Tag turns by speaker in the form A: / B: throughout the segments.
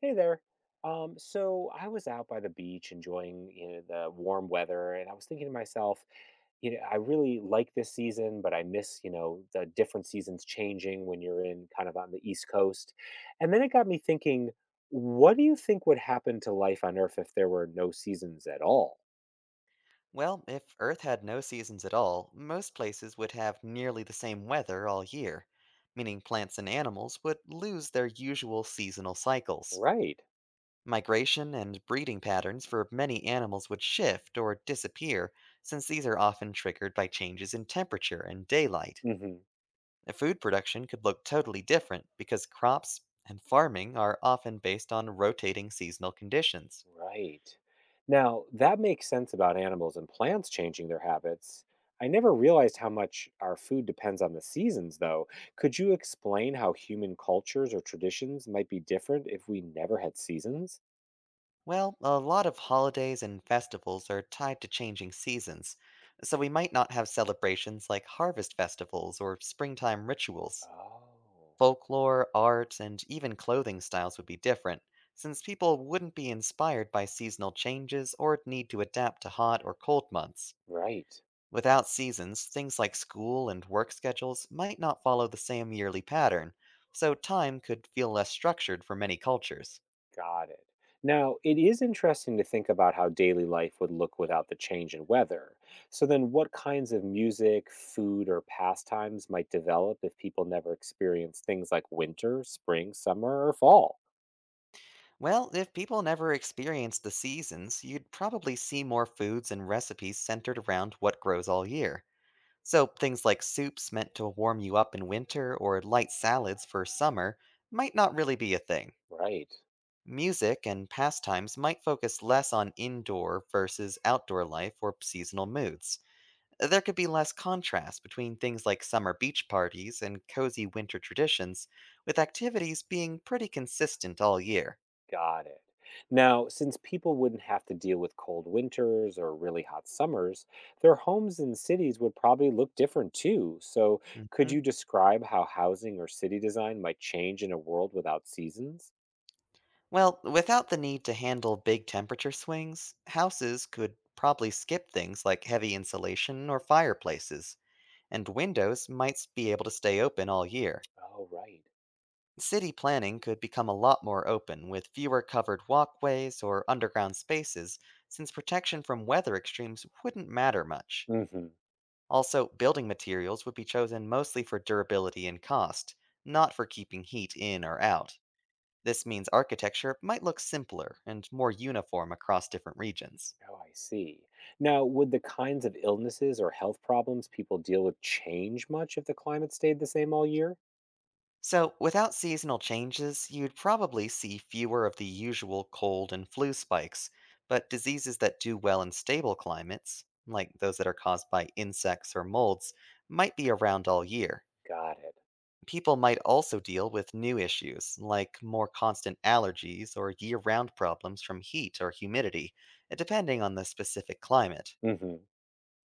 A: Hey there. So I was out by the beach enjoying, the warm weather, and I was thinking to myself, I really like this season, but I miss, the different seasons changing when you're in kind of on the East Coast. And then it got me thinking, what do you think would happen to life on Earth if there were no seasons at all?
B: Well, if Earth had no seasons at all, most places would have nearly the same weather all year, meaning plants and animals would lose their usual seasonal cycles.
A: Right.
B: Migration and breeding patterns for many animals would shift or disappear, since these are often triggered by changes in temperature and daylight.
A: Hmm.
B: Food production could look totally different because crops and farming are often based on rotating seasonal conditions.
A: Right. Now, that makes sense about animals and plants changing their habits. I never realized how much our food depends on the seasons, though. Could you explain how human cultures or traditions might be different if we never had seasons?
B: Well, a lot of holidays and festivals are tied to changing seasons, so we might not have celebrations like harvest festivals or springtime rituals.
A: Oh.
B: Folklore, art, and even clothing styles would be different, since people wouldn't be inspired by seasonal changes or need to adapt to hot or cold months.
A: Right.
B: Without seasons, things like school and work schedules might not follow the same yearly pattern, so time could feel less structured for many cultures.
A: Got it. Now, it is interesting to think about how daily life would look without the change in weather. So, then what kinds of music, food, or pastimes might develop if people never experience things like winter, spring, summer, or fall?
B: Well, if people never experienced the seasons, you'd probably see more foods and recipes centered around what grows all year. So, things like soups meant to warm you up in winter or light salads for summer might not really be a thing.
A: Right.
B: Music and pastimes might focus less on indoor versus outdoor life or seasonal moods. There could be less contrast between things like summer beach parties and cozy winter traditions, with activities being pretty consistent all year.
A: Got it. Now, since people wouldn't have to deal with cold winters or really hot summers, their homes and cities would probably look different too. So, could
B: Mhm.
A: you describe how housing or city design might change in a world without seasons?
B: Well, without the need to handle big temperature swings, houses could probably skip things like heavy insulation or fireplaces, and windows might be able to stay open all year.
A: Oh, right.
B: City planning could become a lot more open with fewer covered walkways or underground spaces, since protection from weather extremes wouldn't matter much.
A: Hmm.
B: Also, building materials would be chosen mostly for durability and cost, not for keeping heat in or out. This means architecture might look simpler and more uniform across different regions.
A: Oh, I see. Now, would the kinds of illnesses or health problems people deal with change much if the climate stayed the same all year?
B: So, without seasonal changes, you'd probably see fewer of the usual cold and flu spikes, but diseases that do well in stable climates, like those that are caused by insects or molds, might be around all year.
A: Got it.
B: People might also deal with new issues, like more constant allergies or year round problems from heat or humidity, depending on the specific climate.
A: Hmm.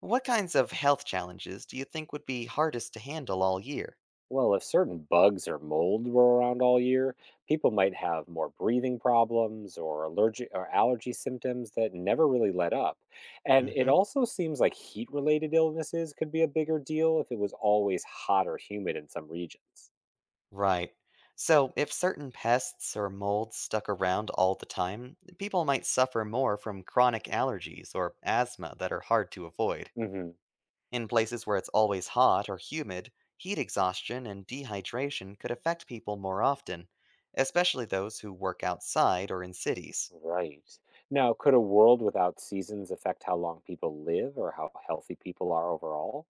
B: What kinds of health challenges do you think would be hardest to handle all year?
A: Well, if certain bugs or mold were around all year, people might have more breathing problems or allergic or allergy symptoms that never really let up. And it
B: Hmm.
A: also seems like heat-related illnesses could be a bigger deal if it was always hot or humid in some regions.
B: Right. So, if certain pests or molds stuck around all the time, people might suffer more from chronic allergies or asthma that are hard to avoid.
A: Hmm.
B: In places where it's always hot or humid, heat exhaustion and dehydration could affect people more often, especially those who work outside or in cities.
A: Right. Now, could a world without seasons affect how long people live or how healthy people are overall?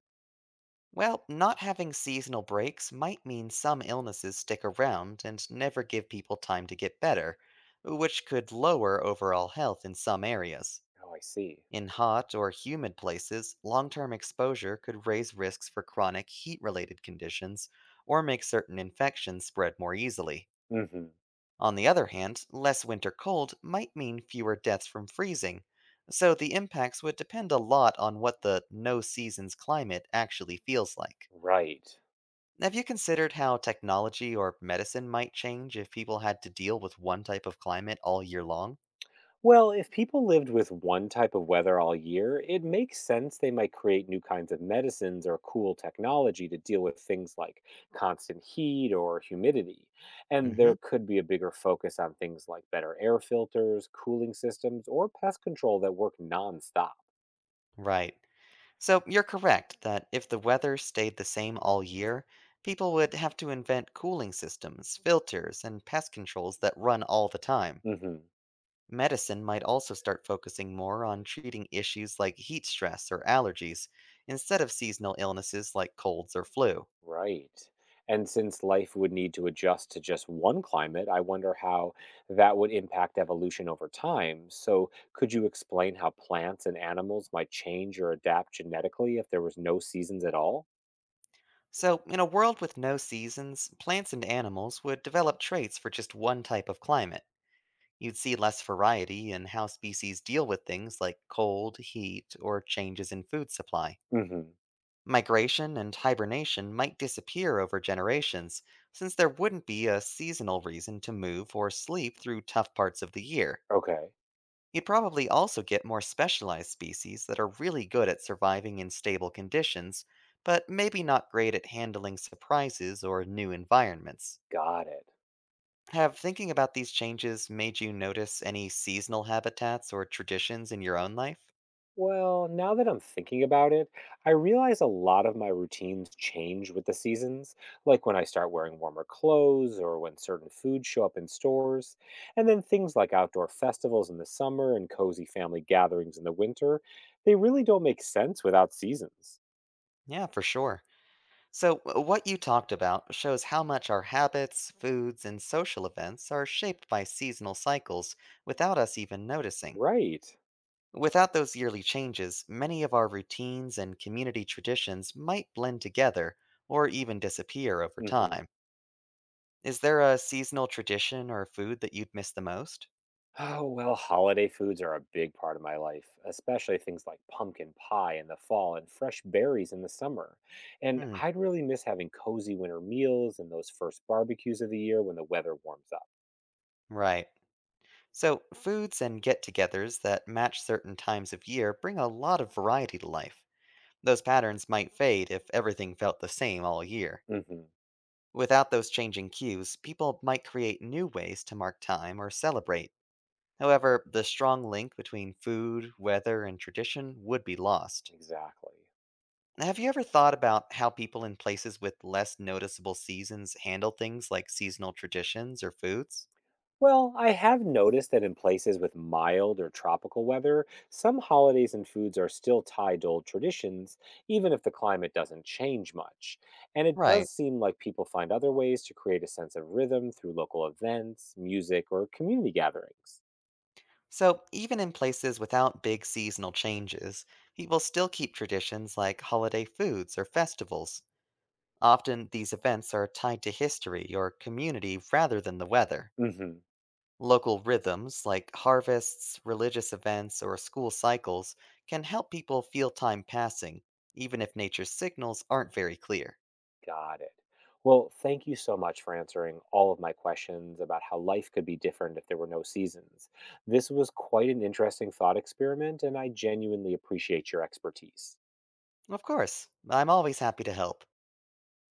B: Well, not having seasonal breaks might mean some illnesses stick around and never give people time to get better, which could lower overall health in some areas.
A: Oh, I see.
B: In hot or humid places, long term exposure could raise risks for chronic heat related conditions or make certain infections spread more easily.
A: Hmm.
B: On the other hand, less winter cold might mean fewer deaths from freezing, so the impacts would depend a lot on what the no seasons climate actually feels like.
A: Right.
B: Have you considered how technology or medicine might change if people had to deal with one type of climate all year long?
A: Well, if people lived with one type of weather all year, it makes sense they might create new kinds of medicines or cool technology to deal with things like constant heat or humidity. And
B: Hmm.
A: there could be a bigger focus on things like better air filters, cooling systems, or pest control that work nonstop.
B: Right. So you're correct that if the weather stayed the same all year, people would have to invent cooling systems, filters, and pest controls that run all the time.
A: Hmm.
B: Medicine might also start focusing more on treating issues like heat stress or allergies instead of seasonal illnesses like colds or flu.
A: Right. And since life would need to adjust to just one climate, I wonder how that would impact evolution over time. So, could you explain how plants and animals might change or adapt genetically if there was no seasons at all?
B: So, in a world with no seasons, plants and animals would develop traits for just one type of climate. You'd see less variety in how species deal with things like cold, heat, or changes in food supply.
A: Hmm.
B: Migration and hibernation might disappear over generations, since there wouldn't be a seasonal reason to move or sleep through tough parts of the year.
A: Okay,
B: You probably also get more specialized species that are really good at surviving in stable conditions, but maybe not great at handling surprises or new environments.
A: got it.
B: Have thinking about these changes made you notice any seasonal habitats or traditions in your own life?
A: Well, now that I'm thinking about it, I realize a lot of my routines change with the seasons, like when I start wearing warmer clothes or when certain foods show up in stores. And then things like outdoor festivals in the summer and cozy family gatherings in the winter, they really don't make sense without seasons.
B: Yeah, for sure. So, what you talked about shows how much our habits, foods, and social events are shaped by seasonal cycles without us even noticing.
A: Right.
B: Without those yearly changes, many of our routines and community traditions might blend together or even disappear over
A: Hmm.
B: time. Is there a seasonal tradition or food that you'd miss the most?
A: Oh, well, holiday foods are a big part of my life, especially things like pumpkin pie in the fall and fresh berries in the summer. And
B: Hmm,
A: I'd really miss having cozy winter meals and those first barbecues of the year when the weather warms up.
B: right. So, foods and get togethers that match certain times of year bring a lot of variety to life. Those patterns might fade if everything felt the same all year.
A: Hmm.
B: Without those changing cues, people might create new ways to mark time or celebrate. However, the strong link between food, weather, and tradition would be lost.
A: Exactly.
B: Have you ever thought about how people in places with less noticeable seasons handle things like seasonal traditions or foods?
A: Well, I have noticed that in places with mild or tropical weather, some holidays and foods are still tied to old traditions, even if the climate doesn't change much. And it does
B: Right.
A: seem like people find other ways to create a sense of rhythm through local events, music, or community gatherings.
B: So, even in places without big seasonal changes, people still keep traditions like holiday foods or festivals. Often, these events are tied to history or community rather than the weather.
A: Hmm.
B: Local rhythms like harvests, religious events, or school cycles can help people feel time passing, even if nature's signals aren't very clear.
A: Got it. Well, thank you so much for answering all of my questions about how life could be different if there were no seasons. This was quite an interesting thought experiment, and I genuinely appreciate your expertise.
B: Of course, I'm always happy to help.